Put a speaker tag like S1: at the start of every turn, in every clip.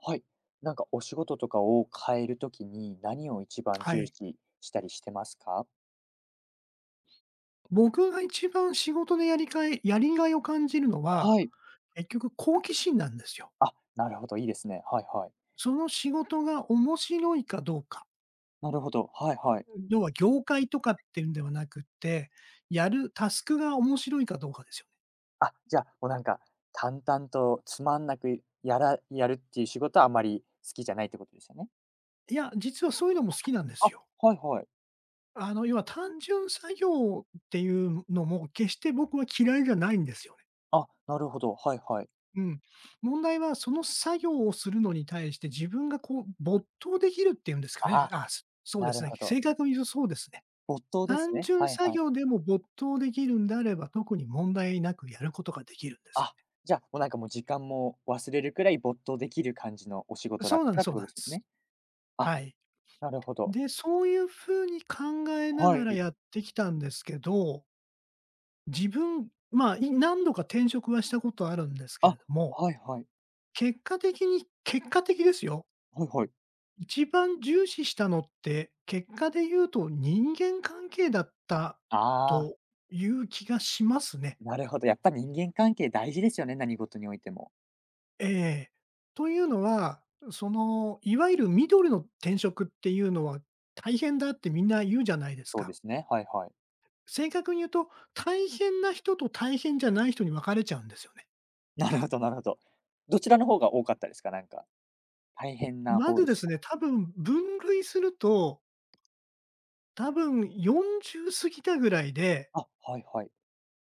S1: はい。なんかお仕事とかを変えるときに何を一番
S2: は
S1: 重
S2: い。
S1: 視したりしてますか？
S2: 僕が一番仕事でやりがいを感じるのは、
S1: はい。
S2: 結局好奇心なんですよ。
S1: あ、なるほど、いいですね。はいはい。
S2: その仕事が面白いかどうか。
S1: なるほど、はいはい。
S2: 要は業界とかっていうんではなくって、やるタスクが面白いかどうかですよね。
S1: あ、じゃあ、もうなんか、淡々とつまんなくやるっていう仕事はあまり好きじゃないってことですよね？
S2: いや、実はそういうのも好きなんで
S1: あ、
S2: すよ。
S1: はいはい。
S2: あの、要は単純作業っていうのも決して僕は嫌いじゃないんですよね。
S1: あ、なるほど、はいはい。
S2: うん。問題はその作業をするのに対して自分がこう没頭できるっていうんですか
S1: あ
S2: ね。
S1: あ、
S2: あ、そうで
S1: な
S2: す
S1: る
S2: ね。
S1: ほ
S2: 正
S1: ど。
S2: 確に言うとそうですね。
S1: 没頭です
S2: 単
S1: ね。
S2: 純
S1: はい
S2: 作
S1: はい。
S2: 業でも没頭できるんであれば、特に問題なくやることができるんですよ
S1: あ、
S2: ね。
S1: じゃあ、もうなんかもう時間も忘れるくらい没頭できる感じのお仕事だ
S2: そ
S1: っ
S2: うなん
S1: た
S2: で
S1: ら
S2: す
S1: っ
S2: そ
S1: て
S2: う
S1: こ
S2: なん
S1: と
S2: で
S1: ですよ
S2: す。
S1: ね？あ、
S2: はい。
S1: なるほど。
S2: で、そういう風に考えな
S1: は
S2: がら
S1: い。
S2: やってきたんですけど、自分、まあ、何度か転職はしたことあるんですけれ
S1: あ、
S2: ども、
S1: はいはい。
S2: 結果的ですよ。
S1: はいはい。
S2: 一番重視したのって、結果で言うと人間関係だった
S1: ああ、
S2: という気がしますね。
S1: なるほど。やっぱ人間関係大事ですよね、何事においても。
S2: ええ。というのは、その、いわゆる緑の転職っていうのは大変だってみんな言うじゃないです
S1: そうで
S2: か。
S1: すね、はいはい。
S2: 正確に言うと、大変な人と大変じゃない人に分かれちゃうんですよね。
S1: なるほどなるほど。どちらの方が多かったですか？なんか、大変な
S2: ま
S1: 方
S2: ず
S1: で
S2: で
S1: しょう
S2: す
S1: か？
S2: ね、多分分類すると、多分40過ぎたぐらいで
S1: あ、はいはい。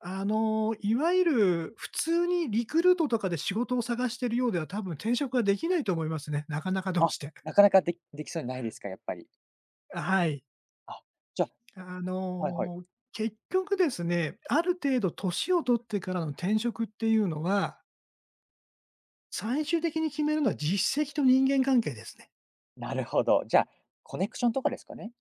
S2: いわゆる普通にリクルートとかで仕事を探してるようでは、多分転職はできないと思いますね。なかなかどう
S1: あ、
S2: して。
S1: なかなかできそうにないですか？やっぱり。
S2: はい。
S1: あ、じゃあ
S2: あ
S1: はいはい。
S2: の、結局ですね、ある程度年を取ってからの転職っていうのは、最終的に決めるのは実績と人間関係ですね。
S1: なるほど。じゃあ、コネクションとかですかね？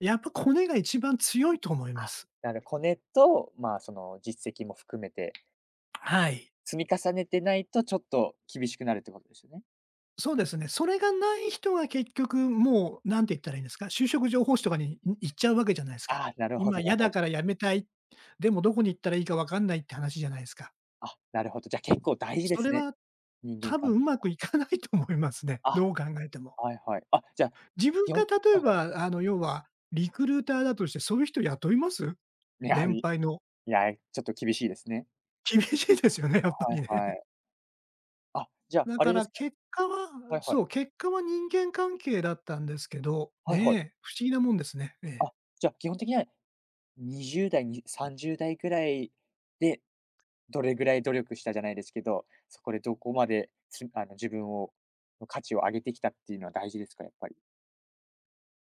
S2: やっぱコネが一番強いと思いま
S1: あ、
S2: す。
S1: なるコネと、まあ、その実績も含めて、
S2: はい。
S1: 積み重ねてないとちょっと厳しくなるってことですよね。
S2: そうですね。それがない人が結局もう、なんて言ったらいいんですか、就職情報誌とかに行っちゃうわけじゃないですか。
S1: ああ、なるほ
S2: 今
S1: どなる
S2: 嫌
S1: ほ
S2: だ
S1: ど。
S2: から辞めたい、でもどこに行ったらいいか分かんないって話じゃないですか。
S1: あ、なるほど。じゃ、結構大事で
S2: そ
S1: す
S2: れ
S1: ね。
S2: は
S1: 人間
S2: 多分
S1: 関係。
S2: うまくいかないと思いますね、
S1: あ、
S2: どう考えても。
S1: はいはい。あ、じゃあ、
S2: 自
S1: き
S2: 分
S1: 基
S2: が
S1: 本
S2: 例
S1: は
S2: え
S1: いはい。
S2: ば、あの、要はリクルーターだとして、そういう人雇います？
S1: いや、い
S2: 年配の。
S1: いや、ちょっと厳しいですね。
S2: 厳しいですよね、やっぱ
S1: は
S2: り
S1: い
S2: ね。
S1: は い。あ、じゃあ、
S2: だ
S1: あ
S2: か
S1: れで
S2: ら
S1: すか
S2: 結果は
S1: はいはい。
S2: そう、結果は人間関係だったんですけど、
S1: はいは
S2: ね
S1: い。
S2: え、不思議なもんですね。ええ。
S1: あ、じゃあ、基本的には20代に30代ぐらいで、どれぐらい努力したじゃないですけど、そこでどこまで、つあの、自分をの価値を上げてきたっていうのは大事ですか？やっぱり。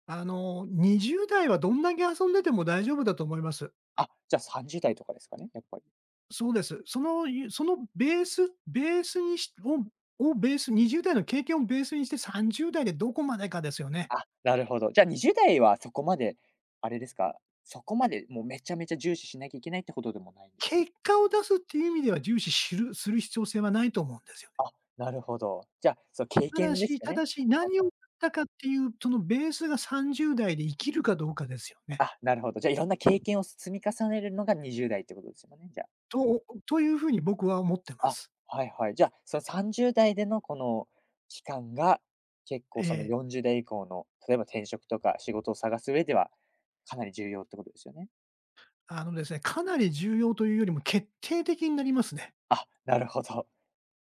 S2: あの、20代はどんだけ遊んでても大丈夫だと思います。
S1: あ、じゃあ30代とかですかね？やっぱり。
S2: そうです。その、そのベースベースにしををベース20代の経験をベースにして、30代でどこまでかですよね。
S1: あ、なるほど。じゃあ、20代はそこまで、あれですか、そこまでもうめちゃめちゃ重視しなきゃいけないってほどでもないんですか？
S2: 結果を出すっていう意味では重視する必要性はないと思うんですよね。
S1: あ、なるほど。じゃあ、そう経
S2: ただ
S1: 験です
S2: し
S1: か
S2: た
S1: ね。
S2: だし、
S1: はい
S2: 何
S1: は
S2: を
S1: い。
S2: やったかっていう、そのベースが30代で生きるかどうかですよね。
S1: あ、なるほど。じゃあ、いろんな経験を積み重ねるのが20代ってことですよね、じゃ
S2: というふうに僕は思ってま
S1: あ。あ、
S2: す。
S1: はいはい。じゃあ、その30代でのこの期間が、結構
S2: え
S1: その
S2: え。
S1: 40代以降の、例えば転職とか仕事を探す上では、かなり重要ってことですよね。
S2: あのですね、かなり重要というよりも決定的になりますね。
S1: あ、なるほど。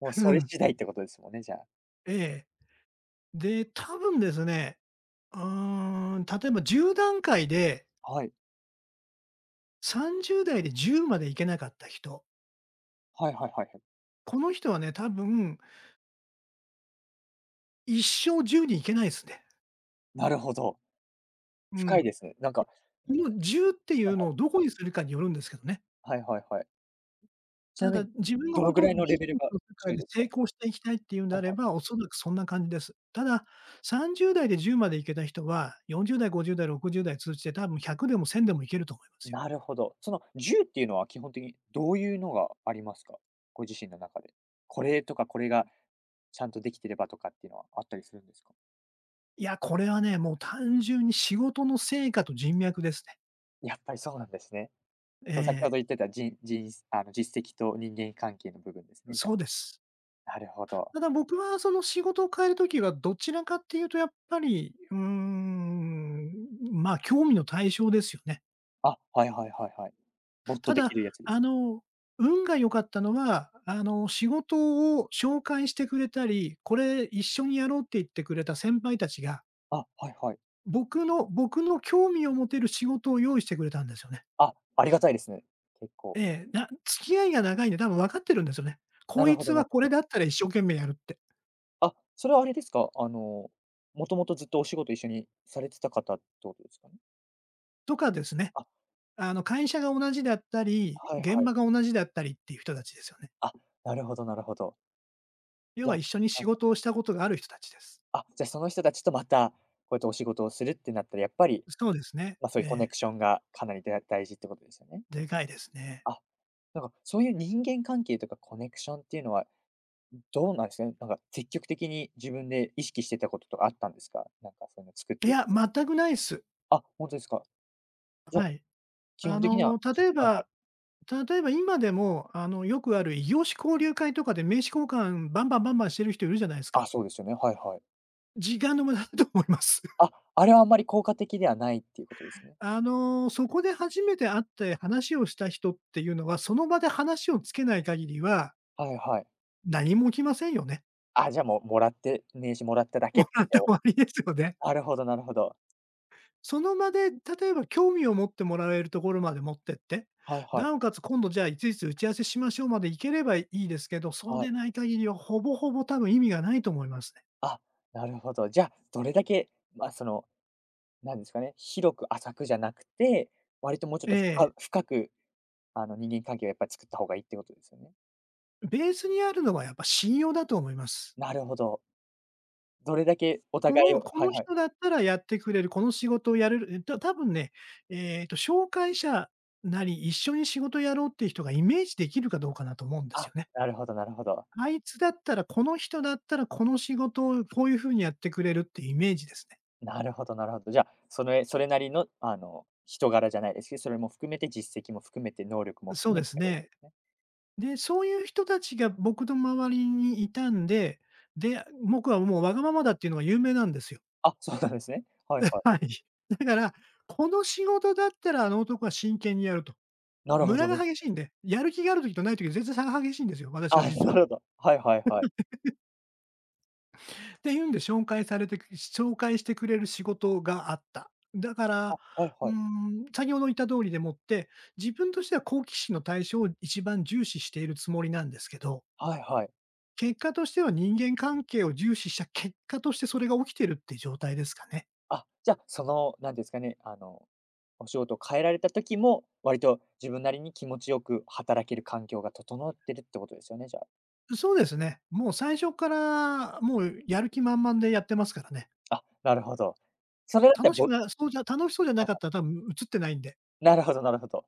S1: もうそ
S2: う
S1: れ
S2: ん。
S1: 次第ってことですもんね、じゃあ。
S2: ええ。で、多分ですね、うー例えば10段階で、
S1: はい。
S2: 30代で10までいけなかった人、
S1: はいはいはいはい。
S2: この人はね、多分一生10に行けないですね。
S1: なるほど。
S2: う
S1: 深い
S2: ん。
S1: ですね。なんか
S2: この10っていうのをどこにするかによるんですけどね。
S1: はいはい、はいはいはい。ち
S2: た
S1: なみ
S2: だ
S1: に、
S2: 自分が
S1: ど
S2: 本
S1: のぐ
S2: 当
S1: ら
S2: ビ
S1: いの
S2: ジ
S1: レベル
S2: ネス
S1: が
S2: の世界
S1: 10
S2: で
S1: です
S2: 成
S1: か？
S2: 功していきたいっていうんで
S1: は
S2: あ
S1: い
S2: れ
S1: は
S2: ば、
S1: い。
S2: おそらくそんな感じです。ただ、30代で10まで行けた人は、40代、50代、60代通じて多分100でも1000でもいけると思いますよ。
S1: なるほど。その10っていうのは基本的にどういうのがありますか？ご自身の中で。これとかこれがちゃんとできてればとかっていうのはあったりするんですか？
S2: いや、これはね、もう単純に仕事の成果と人脈ですね。
S1: やっぱりそうなんですね。
S2: え
S1: その先ほ
S2: え、
S1: ど言ってた人あの、実績と人間関係の部分ですね、じゃ
S2: そうです。
S1: あ。なるほど。
S2: ただ僕はその仕事を変えるときはどちらかっていうとやっぱり、まあ、興味の対象ですよね。
S1: あ、はいはいはいはい。ボット
S2: た
S1: で
S2: だ、
S1: きるやつで
S2: あ
S1: す。
S2: の、運が良かったのは、あの、仕事を紹介してくれたり、これ一緒にやろうって言ってくれた先輩たちが、
S1: あ、はいはい。
S2: 僕の興味を持てる仕事を用意してくれたんですよね。
S1: あ、ありがたいですね。結構。
S2: ええ、付き合いが長いんで多分分かってるんですよね。
S1: な
S2: こ
S1: る
S2: い
S1: ほ
S2: つ
S1: どな
S2: は
S1: るほ
S2: これ
S1: ど。
S2: だったら一生懸命やるって、
S1: あ、それはあれですか？あの、もともとずっとお仕事一緒にされてた方ってことですかね？
S2: とかですね。
S1: あ、
S2: あの、会社が同じだったり、
S1: はい
S2: 現
S1: はい。
S2: 場が同じだったりっていう人たちですよね。
S1: あ、なるほどなるほど。
S2: 要
S1: じゃ
S2: は
S1: あ
S2: 一緒に仕
S1: はいはい。
S2: 事をしたことがある人たちです。
S1: あ、じゃ、その人たちとまた、こうやってお仕事をするってなったら、やっぱり、
S2: そうですね。
S1: ま、そう
S2: え
S1: いうコネ
S2: え、
S1: クションがかなり大事ってことですよね。
S2: でかいですね。
S1: あ、なんかそういう人間関係とかコネクションっていうのは、どうなんですかね？なんか積極的に自分で意識してたこととかあったんですか？なんかそういうの作っ
S2: い
S1: てい
S2: や、全くないっす。
S1: あ、ほんとですか。じゃ、基
S2: あ
S1: 本的には
S2: の、
S1: はいはい。
S2: 例えば今でも、あの、よくある異業種交流会とかで名刺交換バンバンバンバンしてる人いるじゃないです
S1: あ、
S2: か。
S1: そうですよね。はいはい。
S2: 時間の無駄だと思います。
S1: あ、あれはあんまり効果的ではないっていうことです ね。
S2: あの、そこで初めて会って話をした人っていうのは、その場で話をつけない限りは、
S1: はいはい。
S2: 何も起きませんよね。
S1: あ、じゃあ、もうもらって名刺もらっただけ
S2: も
S1: って
S2: う、って終
S1: お
S2: わりですよね。
S1: なるほどなるほど。
S2: その場で、例えば興味を持ってもらえるところまで持ってって、
S1: はいはい。
S2: なおかつ今度じゃあいついつ打ち合わせしましょうまでいければいいですけど、そう
S1: はい。
S2: でない限りはほぼほぼ多分意味がないと思いますね。
S1: あ、なるほど。じゃあ、どれだけ、ま、あその、なんですかね、広く浅くじゃなくて、割ともうちょっ
S2: え
S1: と
S2: え、
S1: 深く、あの、人間関係をやっぱり作った方がいいってことですよね。
S2: ベースにあるのはやっぱ信用だと思います。
S1: なるほど。どれだけお互いを
S2: こ
S1: はい
S2: の
S1: はい。
S2: 人だったらやってくれる、この仕事をやれる、多分ね、紹介者なり、一緒に仕事やろうっていう人がイメージできるかどうかなと思うんですよ
S1: あ、
S2: ね。
S1: なるほどなるほど。
S2: あいつだったら、この人だったらこの仕事をこういうふうにやってくれるっていうイメージですね。
S1: なるほどなるほど。じゃあ、その、それなりの、あの、人柄じゃないですけど、それも含めて実績も含めて能力も
S2: そ
S1: 含
S2: う
S1: め
S2: で
S1: てっ
S2: す
S1: てこと
S2: ね。
S1: ですね。
S2: で、そういう人たちが僕の周りにいたんで、で、僕はもうわがままだっていうのが有名なんですよ。
S1: あ、そうなんですね。はいは い。
S2: はい。だから、この仕事だったらあの男は真剣にやると。
S1: なる
S2: ム
S1: ほ
S2: ラ
S1: ど
S2: が
S1: な。
S2: 激しいんで、やる気がある時とない時で全然差が激しいんですよ、私は
S1: あ、
S2: 実
S1: な
S2: は。
S1: るほど。はいはいはい。
S2: っていうんで紹介してくれる仕事があった。だか
S1: あ、
S2: ら、
S1: はい
S2: うー
S1: はい。
S2: 先ほど言った通りでもって、自分としては好奇心の対象を一番重視しているつもりなんですけど
S1: はいはい。
S2: 結果としては人間関係を重視した結果としてそれが起きてるって状態ですかね。
S1: あ、じゃあ、その、なんていうんですかね、あの、お仕事を変えられた時も、割と自分なりに気持ちよく働ける環境が整ってるってことですよね、じゃ
S2: そうですね。もう最初からもうやる気満々でやってますからね。
S1: あ。あ、なるほど。それだった
S2: 楽
S1: ら
S2: し
S1: ぼ
S2: くなそうじゃ楽しそうじゃな
S1: は
S2: か
S1: い
S2: っ
S1: は
S2: たら
S1: い。
S2: 多分映ってないんで。
S1: なるほどなるほど。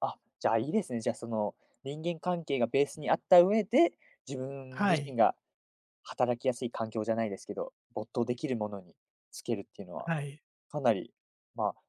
S1: あ、じゃあ、いいですね。じゃあ、その、人間関係がベースにあった上で、自分
S2: は
S1: 自
S2: い。
S1: 身が働きやすい環境じゃないですけど、没頭できるものにつけるっていうのは、
S2: はい。
S1: かなり、まあ、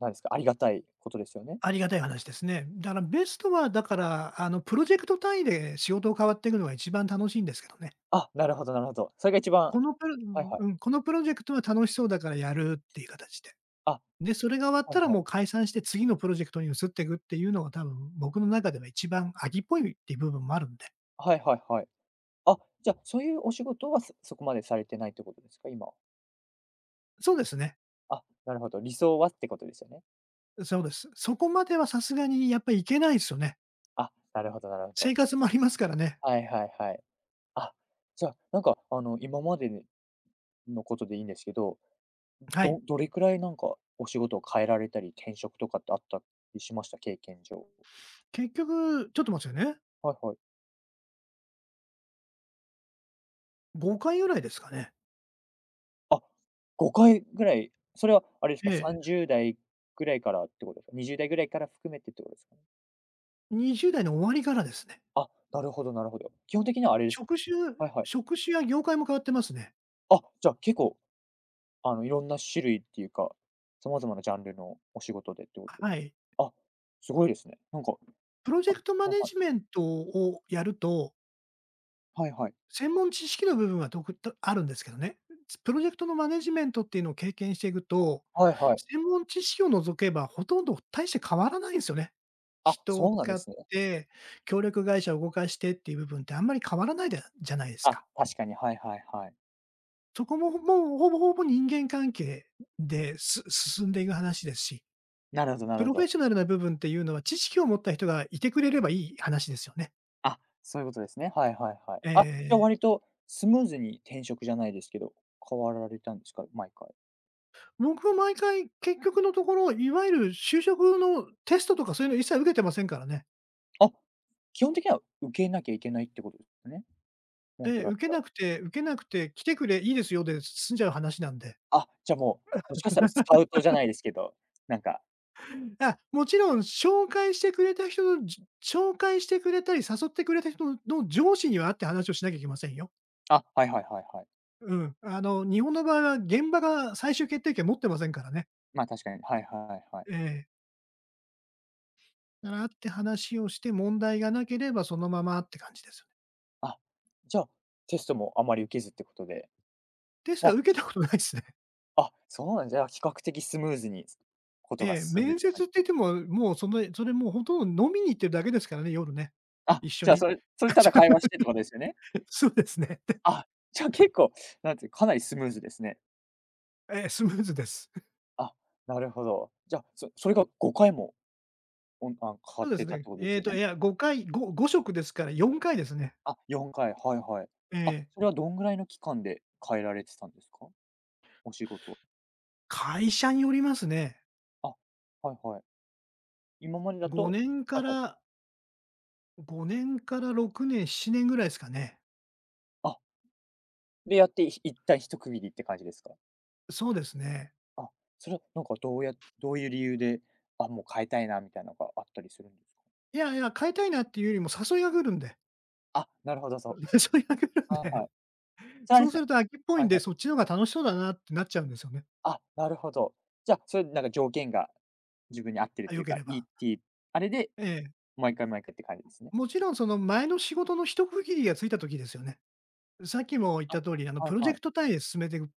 S1: なんですか、ありがたいことですよね。
S2: ありがたい話ですね。だからベストはだから、あの、プロジェクト単位で仕事を変わっていくのが一番楽しいんですけどね。
S1: あ、なるほどなるほど。それが一番
S2: このプロ
S1: はいはい。
S2: うん、このプロジェクトは楽しそうだからやるっていう形で。
S1: あ、
S2: で、それが終わっ
S1: はい
S2: たら
S1: は
S2: もう
S1: い。
S2: 解散して次のプロジェクトに移っていくっていうのが多分僕の中では一番秋っぽいっていう部分もあるんで。
S1: はいはいはい。あ、じゃあ、そういうお仕事は、そこまでされてないってことですか？今は。
S2: そうですね。
S1: あ、なるほど。理想はってことですよね。
S2: そうです。そこまではさすがにやっぱりいけないですよね。
S1: あ、なるほどなるほ
S2: 生
S1: ど。
S2: 活もありますからね。
S1: はいはいはい。あ、じゃあ、なんか、あの、今までのことでいいんですけど、
S2: はい。
S1: どれくらいなんかお仕事を変えられたり、転職とかってあったりしました？経験上。
S2: 結局、ちょっと待ってくださいね。
S1: はいはい。
S2: 5回ぐらいですかね。
S1: あ、5回ぐらい、それはあれですか、
S2: ええ。
S1: 30代ぐらいからってことですか？20代ぐらいから含めてってことですかね？
S2: 20代の終わりからですね。
S1: あ、なるほどなるほど。基本的にはあれです
S2: 職種
S1: はいはい。
S2: 職種や業界も変わってますね。
S1: あ、じゃあ結構、あの、いろんな種類っていうか、様々なジャンルのお仕事でってことで
S2: は
S1: すかね。
S2: い。
S1: あ、すごいですね。なんか、
S2: プロジェ
S1: あ、
S2: クトマ
S1: はい
S2: ネ
S1: はい。
S2: ジメントをやると
S1: はいはい。
S2: 専門知識の部分はどくとあるんですけどね、プロジェクトのマネジメントっていうのを経験していくと、
S1: はいはい。
S2: 専門知識を除けばほとんど大して変わらないんですよね。
S1: あ、
S2: 人を
S1: そうなん
S2: 使
S1: で
S2: っ
S1: すね。
S2: て、協力会社を動かしてっていう部分ってあんまり変わらないでじゃないです
S1: あ、
S2: か。
S1: 確かに、はいはいはい。
S2: そこも、もうほぼほぼ人間関係で、す進んでいく話ですし、
S1: なるほどな
S2: プ
S1: るほ
S2: ロフェッ
S1: ど。
S2: ショナルな部分っていうのは知識を持った人がいてくれればいい話ですよね。
S1: あ、そういうことですね。はいはいはい。あ、じゃあ
S2: ええ、
S1: 割とスムーズに転職じゃないですけど、変わられたんですか？毎回。
S2: 僕は毎回、結局のところ、いわゆる就職のテストとかそういうの一切受けてませんからね。
S1: あ、基本的には受けなきゃいけないってことですね。本
S2: え
S1: 当
S2: え、
S1: だっ
S2: 受け
S1: たら。
S2: なくて受けなくて、来てくれ、いいですよで済んじゃう話なんで。
S1: あ、じゃあもう、もしかしたらスカ ウトじゃないですけど、なんか
S2: あ、もちろん紹介してくれた人の紹介してくれたり、誘ってくれた人の上司には会って話をしなきゃいけませんよ。
S1: あ、はいはいはいはい。
S2: うん。あの、日本の場合は現場が最終決定権持ってませんからね。
S1: ま、あ確かに、はいはいはい。
S2: ええ。だから会って話をして問題がなければ、そのままって感じですよね。
S1: あ、じゃ、あテストもあまり受けずってことで、
S2: テスト
S1: ま
S2: は
S1: あ、
S2: 受けたことないっすね。
S1: あ、そうなんですねじゃ、あ比較的スムーズにことが
S2: ええ、
S1: 進んでっ
S2: 面
S1: て
S2: 接って言っても、もうそれもうほとんど飲みに行ってるだけですからね、夜ね。
S1: あ、
S2: 一緒
S1: じゃあ、
S2: に。
S1: それただ会話してってことですよね？
S2: そうですね。
S1: あ、じゃあ結構、なんていう、かなりスムーズですね。
S2: ええ、スムーズです。
S1: あ、なるほど。じゃあ、それが5回も、おんあん、変わ
S2: そ
S1: っ
S2: うで
S1: て
S2: す
S1: たっ
S2: ね。
S1: てことで
S2: え
S1: す
S2: っ
S1: よ
S2: と、
S1: ね？
S2: いや、5回、ご5食ですから4回ですね。
S1: あ、4回、はいはい。
S2: え
S1: あ、
S2: え。
S1: それはどんぐらいの期間で変えられてたんですか？お仕事。
S2: 会社によりますね。
S1: あ、はいはい。今までだと
S2: 5年
S1: は
S2: か
S1: いはい。
S2: ら6年、7年ぐらいですかね。
S1: あ、で、やって、一旦一区切りって感じですか？
S2: そうですね。
S1: あ、それはなんかどういう理由で、あ、もう変えたいなみたいなのがあったりするんですか？
S2: いやいや、変えたいなっていうよりも誘いが来るんで。
S1: あ、なるほど、そ
S2: 誘いが来る
S1: う。
S2: ん
S1: はいは
S2: で、
S1: い。それはあ
S2: そ
S1: れで
S2: う
S1: す
S2: す
S1: か
S2: ると飽きっぽい
S1: は
S2: ん
S1: い
S2: で、
S1: はい。
S2: そっちの方が楽しそうだなってなっちゃうんですよね、
S1: あ、なるほど。じゃあ、それなんか条件が自分に合ってるって
S2: 良
S1: いう
S2: け
S1: か、
S2: れ
S1: いい
S2: ば。
S1: っていう、あれで、
S2: ええ。
S1: 毎回毎回って感じですね。
S2: もちろんその前の仕事の一区切りがついた時ですよね。さっきも言っ
S1: あ、
S2: た通り、あの、
S1: は
S2: プ
S1: い
S2: ロジェ
S1: はい。
S2: クト単位で進めていく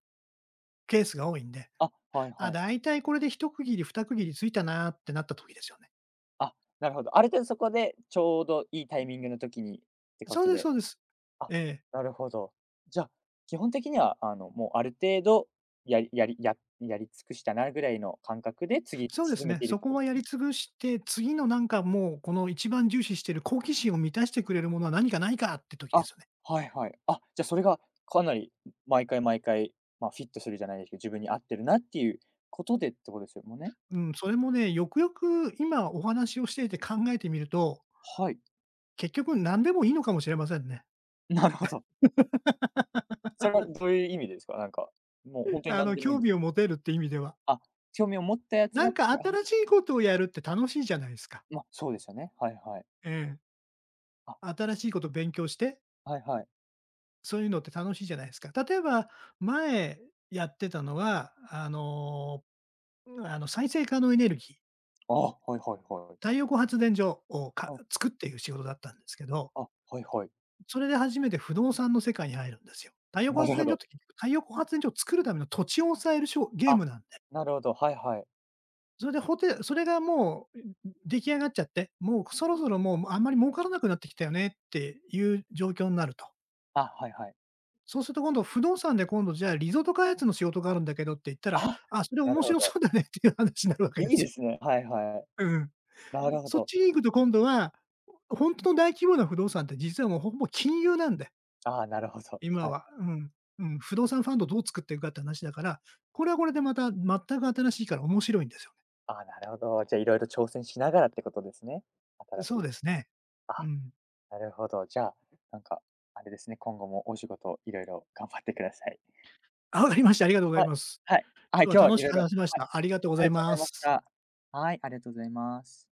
S2: ケースが多いんで、
S1: あ、はい
S2: あ、
S1: はい。
S2: だいたいこれで一区切り、二区切りついたなってなった時ですよね。
S1: あ、なるほど。ある程度そこでちょうどいいタイミングの時にってこ
S2: そう
S1: と
S2: です
S1: で。
S2: そうです。
S1: あ、
S2: ええ。
S1: なるほど。じゃあ、基本的には、あの、もうある程度やり尽くしたなぐらいの感覚で、次
S2: そうです
S1: 進め
S2: ね。
S1: ているっ
S2: そ
S1: て
S2: こ
S1: こと
S2: は
S1: で
S2: や
S1: すね。
S2: り尽くして、次のなんかもうこの一番重視している好奇心を満たしてくれるものは何かないかって時で
S1: あ、
S2: すよね。
S1: はいはい。あ、じゃ、それがかなり毎回毎回、まあ、フィットするじゃないですけど、自分に合ってるなっていうことでってことですよもんね。
S2: うん、それもね、よくよく今お話をしていて考えてみると、
S1: はい、
S2: 結局何でもいいのかもしれませんね。
S1: なるほど。それはどういう意味ですか？なんか、もう本当に
S2: あ
S1: 何
S2: の、
S1: でもいい
S2: 興
S1: んで
S2: 味
S1: す。
S2: を持てるって意味では。
S1: あ、興味を持ったやつ
S2: な
S1: だっ
S2: んか
S1: たら
S2: 新しいことをやるって楽しいじゃないですか。
S1: ま、そうですよね。はいはい。
S2: ええ。
S1: あ、
S2: 新しいこと勉強して、
S1: はいはい。
S2: そういうのって楽しいじゃないですか。例えば、前やってたのは、あの、再生可能エネルギー、
S1: あ、はいはいはい。
S2: 太陽光発電所を
S1: はい、
S2: 作っていう仕事だったんですけど、
S1: あ、はいはい。
S2: それで初めて不動産の世界に入るんですよ。太陽光
S1: なる
S2: 発
S1: ほ
S2: 電所っ
S1: ど。
S2: て結局、太陽光発電所を作るための土地を押さえるショーゲー
S1: あ、
S2: ムなんで。
S1: なるほど、はいはい。
S2: それでそれがもう、出来上がっちゃって、もうそろそろもう、あんまり儲からなくなってきたよねっていう状況になると。
S1: あ、はいはい。
S2: そうすると今度不動産で今度じゃあリゾート開発の仕事があるんだけどって言ったら、
S1: あ、
S2: あ、それ
S1: な
S2: 面
S1: るほ
S2: 白そ
S1: ど。
S2: うだねっていう話になるわけ
S1: い
S2: で
S1: い
S2: す
S1: で
S2: よ。
S1: すね。はいはい。
S2: うん。
S1: なるほ
S2: そっ
S1: ど。
S2: ちに行くと今度は、ほんとの大規模な不動産って実はもうほぼ金融なんで、
S1: あ、なるほど。
S2: 今
S1: は
S2: は。
S1: い。
S2: うん。うん、不動産ファンドどう作っていくかって話だから、これはこれでまた全く新しいから面白いんですよ
S1: あ、なるほど。じゃあ、いろいろ挑戦しながらってことですね。
S2: ね。
S1: 新し
S2: そう
S1: い。
S2: ですね。う
S1: あ、
S2: ん。
S1: なるほど。じゃあ、なんか、あれですね、今後もお仕事いろいろ頑張ってください。
S2: あ、わかりました。ありがとうござい
S1: はい。
S2: ます。
S1: はい。はい、
S2: 今日
S1: 今日
S2: は
S1: は
S2: 楽
S1: い
S2: し
S1: ろい
S2: く
S1: ろ
S2: 話せまし
S1: はい、
S2: た。ありがとうご
S1: あ
S2: ざい
S1: りがとうご
S2: ま
S1: ざいまし
S2: す。
S1: た。はい、ありがとうございます。